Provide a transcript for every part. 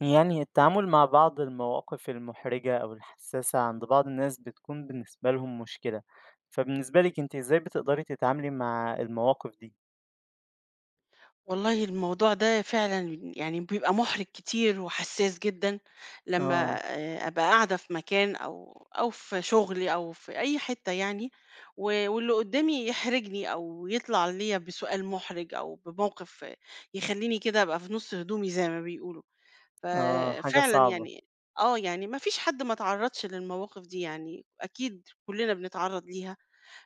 يعني التعامل مع بعض المواقف المحرجة أو الحساسة عند بعض الناس بتكون بالنسبة لهم مشكلة فبالنسبة لك أنت إزاي بتقدري تتعاملي مع المواقف دي؟ والله الموضوع ده فعلًا يعني بيبقى مُحرِج كتير وحساس جدًا، لمّا آه أبقى قاعدة في مكان أو في شغلي أو في أي حتة يعني، واللي قدّامي يحرجني أو يطلع ليّا بسؤال مُحرِج أو بموقف يخلّيني كده أبقى في نُص هدومي زي ما بيقولوا، آه حاجة ففعلًا صعبة يعني آه، يعني ما فيش حد ما اتعرّضش للمواقف دي يعني، أكيد كُلّنا بنتعرّض ليها.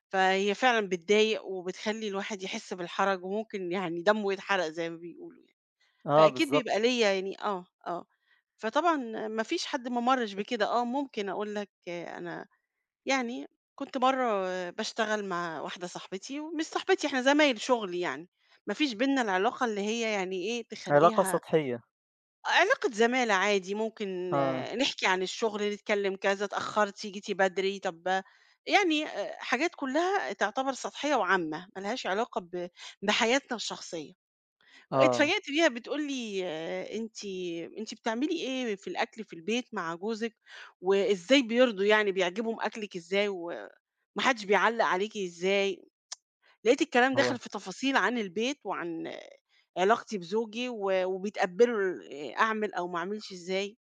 فهي فعلًا بتضايق، وبتخلّي الواحد يحس بالحرج، وممكن يعني دمه يتحرق زي ما بيقولوا يعني، آه فأكيد بالظبط بيبقى ليّا يعني آه، فطبعًا ما فيش حد ما مرّش بكده، آه ممكن أقول لك آه، أنا يعني كنت مرّة باشتغل مع واحدة صاحبتي ومش صاحبتي إحنا زمايل شغل يعني، ما فيش بيننا العلاقة اللي هي يعني إيه علاقة تخلّيها سطحية علاقة زمالة عادي، ممكن آه آه، نحكي عن الشغل، نتكلّم كذا، اتأخّرتِ، جيتِ بدري، طَب آه، يعني حاجات كُلّها تعتبر سطحية وعامة، ما لهاش علاقة بحياتنا الشخصية. آه اتفاجأت بيها بتقول لي أنتِ أنتِ بتعملي إيه في الأكل في البيت مع جوزِك وإزاي بيرضوا يعني بيعجبهم أكلِك إزاي وما حدّش بيعلّق عليكِ إزاي؟ لقيت الكلام داخل هو في تفاصيل عن البيت وعن آه، علاقتي بزوجي وبيتقبّلوا ال أعمل أو ما أعملش إزاي.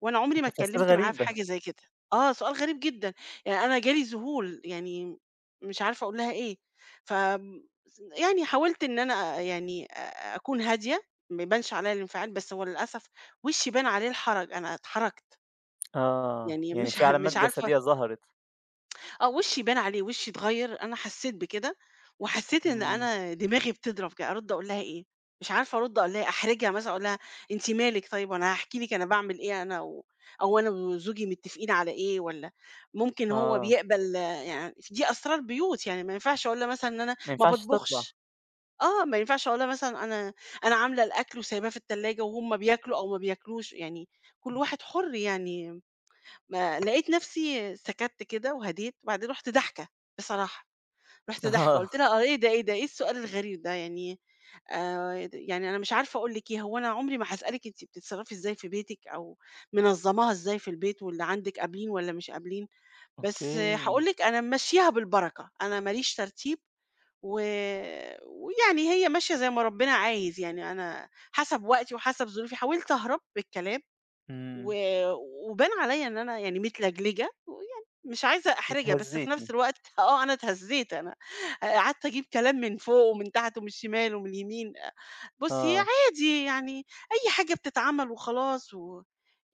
وأنا عمري ما تفاصيل اتكلمت معاه في غريبة حاجة زي كده. آه، سؤال غريب جدًا، يعني أنا جالي ذهول، يعني مش عارفة أقول لها إيه. ف يعني حاولت إن أنا يعني أكون هادية، ما يبانش عليَّ الانفعال، بس هو للأسف وشي بان عليه الحرج، أنا اتحرجت، آه يعني يعني في علامات مش عارفة جسدية ظهرت آه، وشّي بان عليه، وشّي اتغيّر، أنا حسّيت بكده، وحسّيت إن مم. أنا دماغي بتضرب كده، أرُد أقول لها إيه، مش عارفة أرُد أقول لها إيه، أحرجها مثلًا أقول لها أنتِ مالِك طيب، وأنا هاحكي لِك أنا باعمل إيه أنا أو أنا وزوجي متّفقين على إيه والّا ممكن هو آه بيقبل آه، يعني دي أسرار بيوت، يعني ما ينفعش أقول لها مثلًا إن أنا ما ما ينفعش تطلع باطبخش، آه، ما ينفعش أقول لها مثلًا أنا عاملة الأكل وسايباه في التلاجة وهُم بياكلوا أو ما بياكلوش، يعني كل واحد حُر يعني ما لقيت نفسي سكَتّ كده وهديت، وبعدين رُحت ضاحكة بصراحة، رُحت ضاحكة آه قُلت لها: "آه إيه ده، إيه ده، إيه السؤال الغريب ده يعني د يعني أنا مش عارفة أقول لِك إيه، هو أنا عمري ما هاسألِك أنتِ بتتصرّفي إزاي في بيتِك أو منظّماها إزاي في البيت واللي عندِك قابلين والّا مش قابلين، بس أوكي هاقول لِك أنا ممشّياها بالبركة، أنا ما ليش ترتيب و ويعني هي ماشية زي ما ربنا عايز يعني أنا حسب وقتي وحسب ظروفي." حاولت أهرب بالكلام و مم. وبان عليّا إن أنا يعني متلجلجة، ويعني مش عايزة أحرجها، بس في نفس اتهزيتي الوقت آه، أنا اتهزيت أنا قعدت أجيب كلام من فوق ومن تحت ومن الشمال ومن اليمين، بُصّي آه عادي يعني أي حاجة بتتعمل وخلاص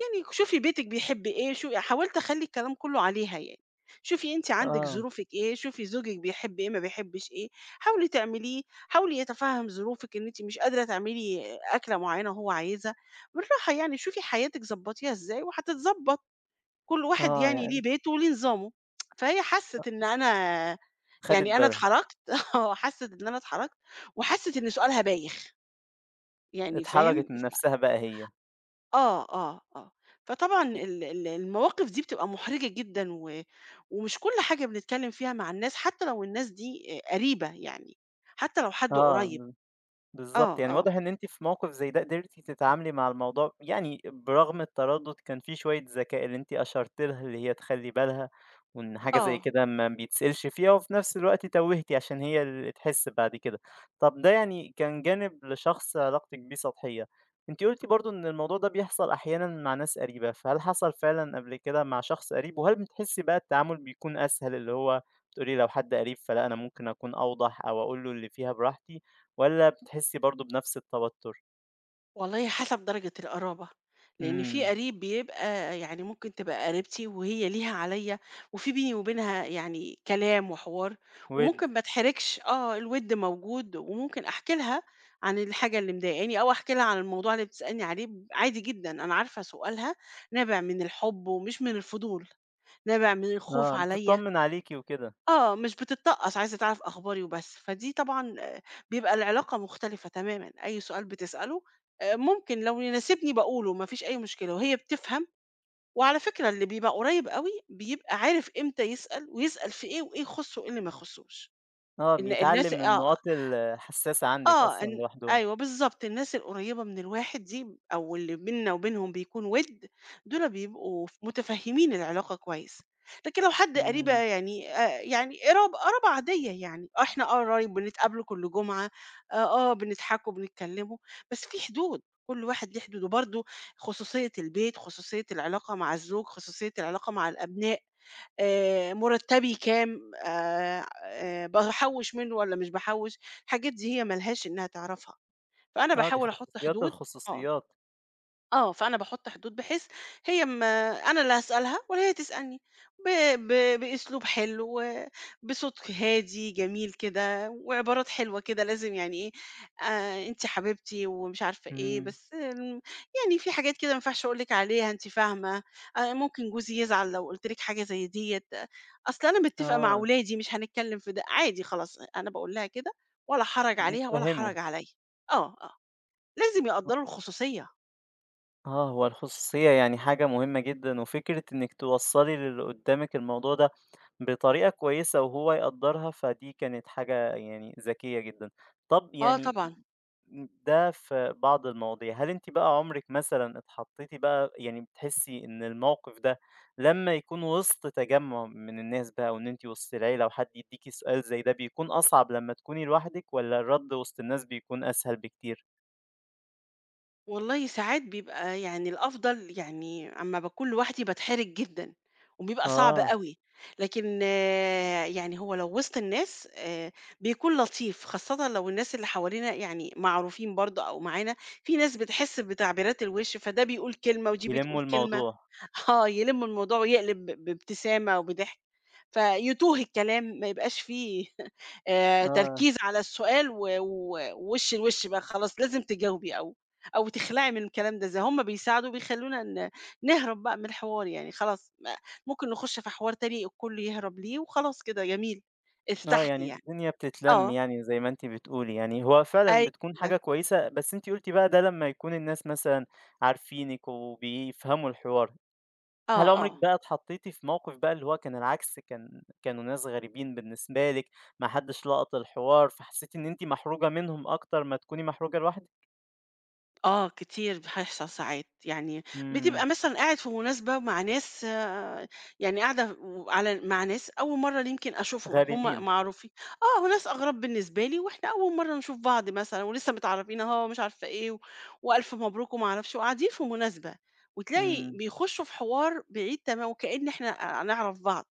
يعني شوفي بيتِك بيحب إيه، يعني حاولت أخلّي الكلام كلّه عليها يعني، شوفي أنتِ عندِك آه ظروفِك إيه، شوفي زوجِك بيحب إيه، ما بيحبش إيه، حاولي تعمليه، حاولي يتفهّم ظروفِك إن أنتِ مش قادرة تعملي أكلة معيّنة هو عايزها، بالراحة يعني شوفي حياتِك ضبّطيها إزاي وهتتضبّط، كل واحد آه يعني ليه يعني بيته وليه نظامه. فهي حَسِّت إن أنا خدت يعني أنا بالها اتحرجت آه، حَسِّت إن أنا اتحرجت وحَسِّت إن سؤالها بايخ، يعني فاهم؟ اتحرجت من ف نفسها بقى هي. آه، آه، آه. فطبعًا ال ال المواقف دي بتبقى مُحرِجة جدًا ومش كل حاجة بنتكلّم فيها مع الناس، حتى لو الناس دي قريبة يعني، حتى لو حد قريّب. آه. بالضبط، آه، يعني آه، واضح إن أنتِ في موقف زي ده قدرتِ تتعاملي مع الموضوع يعني برغم التردد كان في شوية ذكاء اللي أنتِ أشرتِ لها اللي هي تخلّي بالها، وإن حاجة زي آه. كده ما بيتسألش فيها، وفي نفس الوقت توّهتِ عشان هي اللي تحس بعد كده. طب ده يعني كان جانب لشخص علاقتِك بيه سطحية، أنتِ قُلتِ برضه إن الموضوع ده بيحصل أحيانًا مع ناس قريبة، فهل حصل فعلًا قبل كده مع شخص قريب؟ وهل بتحسي بقى التعامل بيكون أسهل اللي هو بتقولي لو حد قريب فلأ أنا ممكن أكون أوضح أو أقول له اللي فيها براحتي، والّا بتحسّي برضه بنفس التوتر؟ والله حسب درجة القرابة، لإن في إمم، قريب بيبقى يعني ممكن تبقى قريبتي وهي ليها عليّا، وفي بيني وبينها يعني كلام وحوار، وِد. وممكن ما اتحرجش آه، الوِد موجود، وممكن أحكي لها عن الحاجة اللي مضايقاني، أو أحكي لها عن الموضوع اللي بتسألني عليه عادي جدًا، أنا عارفة سؤالها نابع من الحب ومش من الفضول، نابع من الخوف آه، عليّا. بتطمّن عليكِ وكده، آه، مش بتتطقّص، عايزة تعرف أخباري وبس، فدي طبعًا بيبقى العلاقة مختلفة تمامًا، أي سؤال بتسأله ممكن لو يناسبني باقوله ما فيش أي مشكلة وهي بتفهم، وعلى فكرة اللي بيبقى قريب أوي بيبقى عارف إمتى يسأل ويسأل في إيه وإيه يخُصّه وإيه اللي ما يخُصّوش، آه، إن الناس بيتعلّم من آه. النقاط الحساسة عندِك آه، أصلًا إن لوحدهم، أيوه بالضبط، الناس القريّبة من الواحد دي أو اللي بيننا وبينهم بيكون وِد، دُول بيبقوا متفهّمين العلاقة كويس، لكن لو حد قريبة إمم، يعني يعني قرابة عادية يعني، آه، إحنا قرايب بنتقابلوا كل جمعة، آه، آه، بنضحكوا، بنتكلّموا، بس في حدود، كل واحد ليه حدوده، برضه خصوصية البيت، خصوصية العلاقة مع الزوج، خصوصية العلاقة مع الأبناء، مُرتّبي كام، باحوّش منّه والّا مش باحوّش، الحاجات دي هي ما لهاش إنّها تعرفها، فأنا آه، دي باحاول أحُط خصوصيات حدود آه. الخصوصيات. آه، فأنا باحُط حدود بحيث هي ما أنا اللي هاسألها ولا هي تسألني، ب ب بأسلوب حلو، بصوت هادي جميل كده، وعبارات حلوة كده لازم يعني إيه، أنتِ حبيبتي ومش عارفة إيه، إمم. بس م يعني في حاجات كده ما ينفعش أقول لِك عليها أنتِ فاهمة، ممكن جوزي يزعل لو قُلت لِك حاجة زي ديّة، أصل أنا متّفقة مع آه، ولادي مش هنتكلّم في ده، عادي خلاص أنا باقول لها كده ولا حرج عليها ولا بيتفهموا، حرج عليَّ. آه، آه، لازم أ يقدّروا الخصوصية. آه، هو الخصوصية يعني حاجة مهمة جدًا، وفكرة إنِّك توصّلي للي قدّامِك الموضوع ده بطريقة كويسة وهو يقدّرها، فدي كانت حاجة يعني ذكية جدًا. طَب آه يعني طبعًا. ده في بعض المواضيع، هل أنتِ بقى عمرِك مثلًا اتحطيتِ بقى يعني بتحسي إن الموقف ده لمّا يكون وسط تجمُّع من الناس بقى وإن أنتِ وسط العيلة وحد يدّيكِ سؤال زي ده بيكون أصعب لمّا تكوني لوحدِك والّا الرَد وسط الناس بيكون أسهل بكتير؟ والله ساعات بيبقى يعني الأفضل يعني أمّا باكون لوحدي باتحرج جدًا، وبيبقى صعب آه، أوي، لكن آه، يعني هو لو وسط الناس بيكون لطيف، خاصةً لو الناس اللي حوالينا يعني معروفين برضه أو معانا، في ناس بتحس بتعبيرات الوش، فده بيقول كلمة ودي بتقول يلمّوا كلمة، الموضوع، آه، يلم الموضوع ويقلب بابتسامة وبضحك، فيتوه الكلام ما يبقاش فيه آه، تركيز على السؤال و و ووش لوش بقى خلاص لازم تجاوبي أو أو تخلعي من الكلام ده، زي هُم بيساعدوا بيخلّونا نهرب بقى من الحوار يعني خلاص ما ممكن نخش في حوار تاني الكل يهرب ليه وخلاص كده جميل، آه، ارتحتِ يعني يعني. الدنيا بتتلَم آه، يعني زي ما أنتِ بتقولي، يعني هو فعلًا أيوه، بتكون حاجة كويسة، بس أنتِ قُلتِ بقى ده لمّا يكون الناس مثلًا عارفينِك وبيفهموا الحوار. آه، هل عمرِك آه. بقى اتحطيتِ في موقف بقى اللي هو كان العكس، كانوا ناس غريبين بالنسبة لِك، ما حدش لَقط الحوار، فحسيتِ إن أنتِ محروجة منهم أكتر ما تكوني محروجة لوحدِك؟ آه، كتير بيحصل ساعات، يعني إمم، بتبقى مثلًا قاعد في مناسبة مع ناس يعني قاعدة مع ناس أول مرّة يمكن أشوفهم، هم غريبين، معروفين آه، وناس أغراب بالنسبة لي، وإحنا أول مرّة نشوف بعض مثلًا ولسه متعرّفين أهو ومش عارفة إيه، و... وألف مبروك وما أعرفش وقاعدين في مناسبة، وتلاقي إمم، بيخشوا في حوار بعيد تما وكأن إحنا نعرف بعض.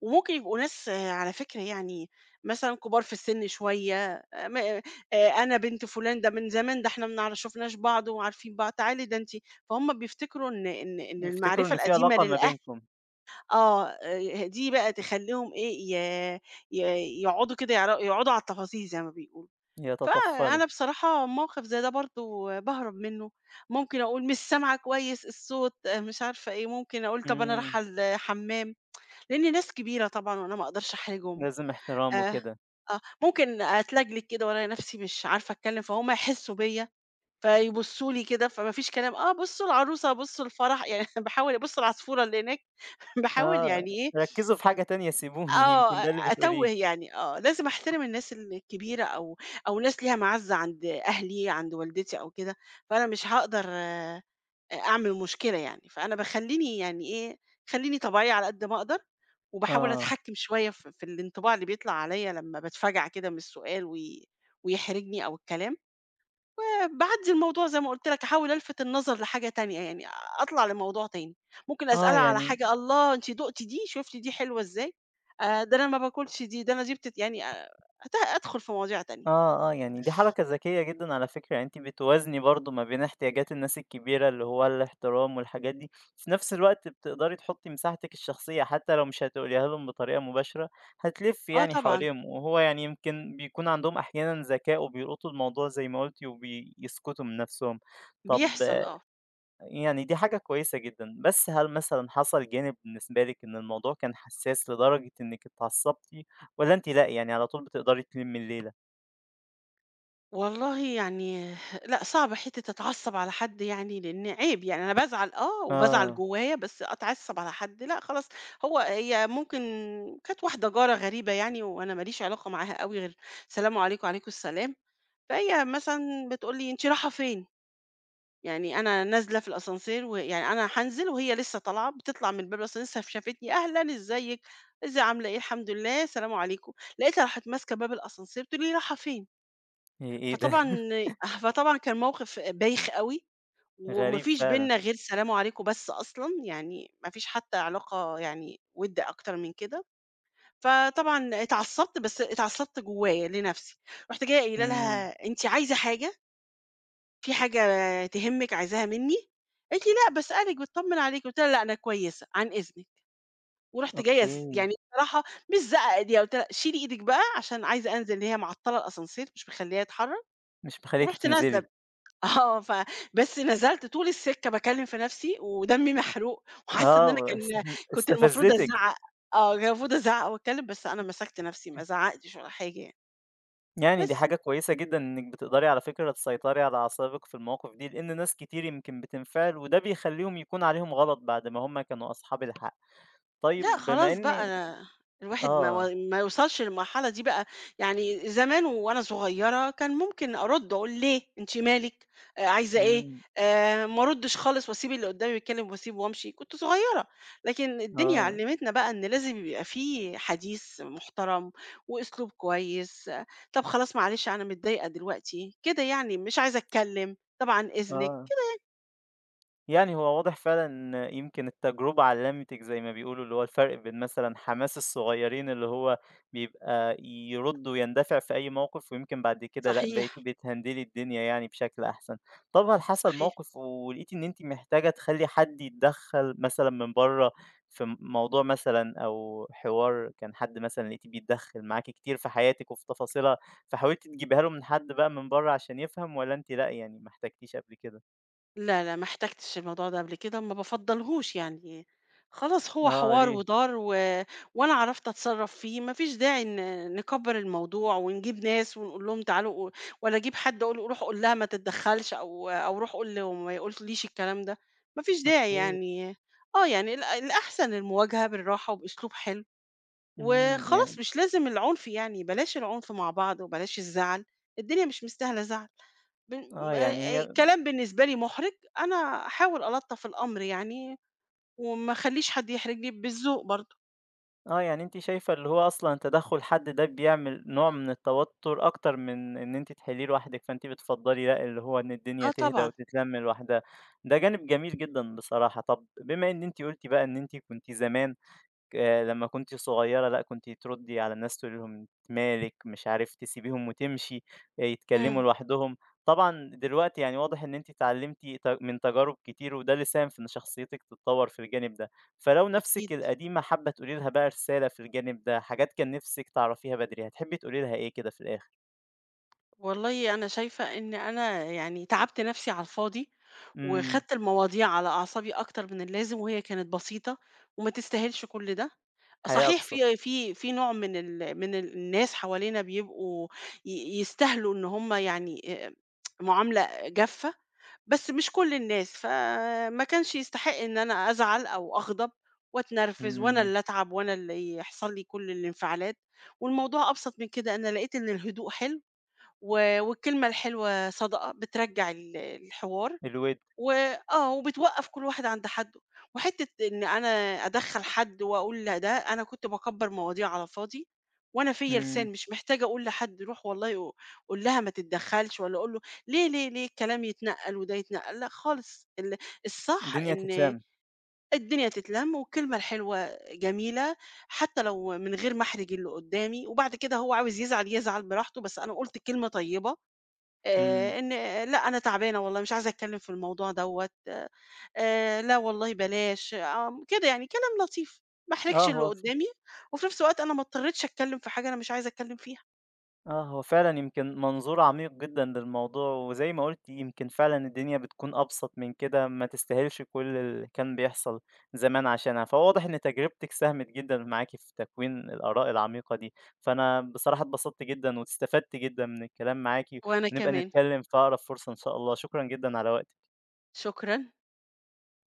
وممكن يبقوا ناس آه، على فكرة يعني مثلًا كبار في السن شوية، م أنا بنت فلان، ده من زمان، ده إحنا ما نعر شُفناش بعض وعارفين بعض، تعالي ده أنتِ فهُم بيفتكروا إن إن بيفتكروا المعرفة إن في القديمة علاقة ما للأهل بينكم، آه، دي بقى تخلّيهم إيه، ي ي يقعدوا كده يقعدوا على التفاصيل زي ما بيقولوا. يتطفلوا، فأنا بصراحة موقف زي ده برضه باهرب منه، ممكن أقول مش سامعة كويس الصوت، آه، مش عارفة إيه، ممكن أقول طَب أنا إمم، رايحة الحمام. لإني ناس كبيرة طبعًا وأنا ما أقدرش أحرجهم، لازم احترام آآ وكده، آه، ممكن أتلجلج كده وألاقي نفسي مش عارفة أتكلم، فهُم يحسّوا بيّا، فيبُصّوا لي كده، فما فيش كلام، آه، بُصّوا العروسة، بُصّوا الفرح، يعني باحاول بُصّوا العصفورة اللي هناك، باحاول آه، يعني إيه، ركزوا في حاجة تانية سيبوني، آه، يمكن ده اللي أتوّه بتقوليه، يعني، آه، لازم أحترم الناس الكبيرة أو ناس ليها مَعزّة عند أهلي، عند والدتي أو كده، فأنا مش هاقدر أعمل مشكلة يعني، فأنا باخلّيني يعني إيه، خلّيني طبيعية على قد ما أقدر وباحاول آه، أتحكّم شوية في الانطباع اللي بيطلع عليَّ لمّا باتفجع كده من السؤال ويحرجني أو الكلام، وباعدّي الموضوع زي ما قُلت لك، أحاول ألفت النظر لحاجة تانية، يعني أطلع لموضوع تاني، ممكن آه أسألها على يعني حاجة "الله أنتِ دُقتِ دي؟ شُفتِ دي حلوة إزاي؟ ده أنا ما باكلش دي، ده أنا دي بتت" يعني أت أدخل في مواضيع تانية. آه، آه، يعني دي حركة ذكية جدًا على فكرة، يعني أنتِ بتوازني برضه ما بين احتياجات الناس الكبيرة اللي هو الاحترام والحاجات دي، في نفس الوقت بتقدري تحطي مساحتك الشخصية حتى لو مش هتقوليها لهم بطريقة مباشرة، هتلفي آه يعني طبعًا، حواليهم، وهو يعني يمكن بيكون عندهم أحيانًا ذكاء وبيلقطوا الموضوع زي ما قلتِ وبيسكتوا من نفسهم. طب بيحصل آه، آه. يعني دي حاجة كويسة جدًا، بس هل مثلًا حصل جانب بالنسبة لِك إن الموضوع كان حساس لدرجة إنِك اتعصبتِ والّا أنتِ لأ، يعني على طول بتقدري تلمي الليلة؟ والله يعني لأ، صعب حتّة أتعصّب على حد يعني لإن عيب، يعني أنا بازعل آه، وبازعل آه. جوّايا، بس أتعصّب على حد لأ، خلاص هي ممكن كانت واحدة جارة غريبة يعني وأنا ما ليش علاقة معاها أوي غير سلام عليكم، وعليكم السلام، فهي مثلًا بتقول لي: "أنتِ رايحة فين؟" يعني أنا نازلة في الأسانسير ويعني أنا هانزل وهي لسّه طالعة، بتطلع من باب الأسانسير لسّه شافتني، "أهلًا، إزيِك، إزي عاملة إيه؟" "الحمد لله، السلام عليكم." لقيتها راحت ماسكة باب الأسانسير بتقول لي: "رايحة فين؟" إيه إيه ده فطبعًا فطبعًا كان موقف بايخ أوي، وما غريب فيش فعلًا. بيننا غير سلام عليكم بس أصلًا، يعني ما فيش حتى علاقة يعني وِد أكتر من كده، فطبعًا اتعصبت بس اتعصبت جوايا لنفسي، رُحت جاية قايلة إمم، لها: "أنتِ عايزة حاجة؟ في حاجة تهمِّك عايزاها منّي؟" قالت لي: "لأ باسألِك باتطمن عليكِ." قُلت لها: "لأ أنا كويسة، عن إذنِك." ورُحت جاية أوكي، يعني بصراحة مش زعق إيديها، قُلت لها: "شيلي إيدِك بقى عشان عايزة أنزل." اللي هي معطّلة الأسانسير مش مخلّياه يتحرك، مش مخلّياكِ ورُحت نازلة تنزلي. آه، بس نزلت طول السكة باكلّم في نَفْسي ودمي محروق وحاسّة إن أنا آه، كان كنت المفروض استفزتِك. أزعّق آه، كان المفروض أزعّق وأتكلّم، بس أنا مسكت نَفْسي ما زعّقتش ولا حاجة يعني، يعني دي بس. حاجة كويسة جدًا إنِّك بتقدري على فكرة تسيطري على أعصابِك في المواقف دي، لإن ناس كتير يمكن بتنفعل وده بيخلّيهم يكون عليهم غلط بعد ما هم كانوا أصحاب الحق. لأ طيب بما خلاص بقى إني أنا الواحد ما و آه، ما يوصلش للمرحلة دي بقى، يعني زمان وأنا صغيرة كان ممكن أرُد أقول ليه، أنتِ مالِك، عايزة إيه، إمم، ما أردش خالص وأسيب اللي قدّامي يتكلم وأسيبه وأمشي، كنت صغيرة، لكن الدنيا آه، علّمتنا بقى إن لازم يبقى في حديث محترم وأسلوب كويس، آه، طب خلاص معلش أنا متضايقة دلوقتي، كده يعني مش عايزة أتكلم، طبعًا إذنِك، آه. يعني هو واضح فعلًا إن يمكن التجربة علّمتِك زي ما بيقولوا، اللي هو الفرق بين مثلًا إمم. حماس الصغيّرين اللي هو بيبقى يرُد ويندفع في أي موقف، ويمكن بعد كده لأ، بقيتِ صحيح، بتهندلي الدنيا يعني بشكل أحسن. طب هل حصل صحيح. موقف ولقيتِ إن أنتِ محتاجة تخلّي حد يتدخّل مثلًا من برّه في موضوع مثلًا أو حوار كان حد مثلًا لقيتيه بيتدخّل معاكِ كتير في حياتِك وفي تفاصيلها، فحاولتِ تجيبيها له من حد بقى من برّه عشان يفهم والّا أنتِ لأ، يعني ما احتاجتيش قبل كده؟ لا، لا، ما احتاجتش الموضوع ده قبل كده، ما بافضّلهوش يعني، خلاص هو آه، حوار ليه؟ ودار وأنا عرفت أتصرّف فيه، ما فيش داعي نكبّر الموضوع ونجيب ناس ونقول لهم تعالوا والّا أجيب حد أقول له روح قُل لها ما تتدخّلش أو روح قُل له ما يقوليش الكلام ده، ما فيش داعي أوكي. يعني آه، يعني الأحسن المواجهة بالراحة وبأسلوب حلو إمم، وخلاص يعني مش لازم العنف يعني، بلاش العنف مع بعض وبلاش الزعل، الدنيا مش مستاهلة زعل. بن آه، م يعني هي كلام بالنسبة لي مُحرِج، أنا أحاول ألطّف الأمر يعني وما أخلّيش حد يحرجني بالذوق برضه. آه، يعني أنتِ شايفة اللي هو أصلًا تدخُّل حد ده بيعمل نوع من التوتُّر أكتر من إن أنتِ تحلّيه لوحدِك، فأنتِ بتفضّلي لأ، اللي هو إن الدنيا آه تهدى طبعًا، وتتلَم لوحدها، ده جانب جميل جدًا بصراحة. طَب بما إن أنتِ قُلتِ بقى إن أنتِ كنتِ زمان لمّا كنتِ صغيرة لأ، كنتِ تردّي على الناس تقولي لهم أنتِ مالِك، مش عارف تسيبيهم وتمشي، يتكلموا إمم. لوحدهم. طبعًا دلوقتي يعني واضح إن أنتِ اتعلمتِ من تجارب كتير، وده اللي ساهم في إن شخصيتِك تتطور في الجانب ده. فلو أكيد. نَفْسِك القديمة حابة تقولي لها بقى رسالة في الجانب ده، حاجات كان نِفْسِك تعرفيها بدري، هتحبي تقولي لها إيه كده في الآخر؟ والله أنا شايفة إن أنا يعني تعبت نَفْسي على الفاضي، إمم، وخدت المواضيع على أعصابي أكتر من اللازم وهي كانت بسيطة وما تستاهلش كل ده. حياة صحيح أبسط، في نوع من ال من ال الناس حوالينا بيبقوا يستاهلوا إن هم يعني معاملة جافّة. بس مش كل الناس، فما كانش يستحق إن أنا أزعل أو أغضب وأتنرفز وأنا إمم، اللي أتعب وأنا اللي يحصل لي كل الانفعالات، والموضوع أبسط من كده، أنا لقيت إن الهدوء حلو والكلمة الحلوة صدقة بترجّع الحوار. الوِد، و آه، وبتوقّف كل واحد عند حدُّه، وحتّة إن أنا أدخّل حد وأقول لا، ده أنا كنت باكبّر مواضيع على الفاضي، وأنا فيّا لسان إمم، مش محتاجة أقول لحد روح والله قُل لها ما تتدخّلش والّا قُل له ليه الكلام يتنقّل وده يتنقّل، لأ خالص الصح الدنيا إن تتلم، الدنيا تتلَم والكلمة الحلوة جميلة، حتّى لو من غير ما أحرج اللي قُدّامي، وبعد كده هو عاوز يزعل، يزعل براحته، بس أنا قُلت كلمة طيبة إمم، إن لأ أنا تعبانة والله مش عايزة أتكلّم في الموضوع دوّة، لا والله بلاش، كده يعني كلام لطيف، ما احرجش آه اللي هو قدّامي، وفي نفس الوقت أنا ما اضطريتش أتكلّم في حاجة أنا مش عايزة أتكلّم فيها. آه، هو فعلًا يمكن منظور عميق جدًا للموضوع، وزي ما قُلتِ يمكن فعلًا الدنيا بتكون أبسط من كده، ما تستاهلش كل اللي كان بيحصل زمان عشانها، فهو واضح إن تجربتِك ساهمت جدًا معاكِ في تكوين الآراء العميقة دي، فأنا بصراحة اتبسطت جدًا واستفدت جدًا من الكلام معاكِ، وأنا ونبقى كمان، نتكلم في أقرب فرصة إن شاء الله، شكرًا جدًا على وقتِك. شكرًا.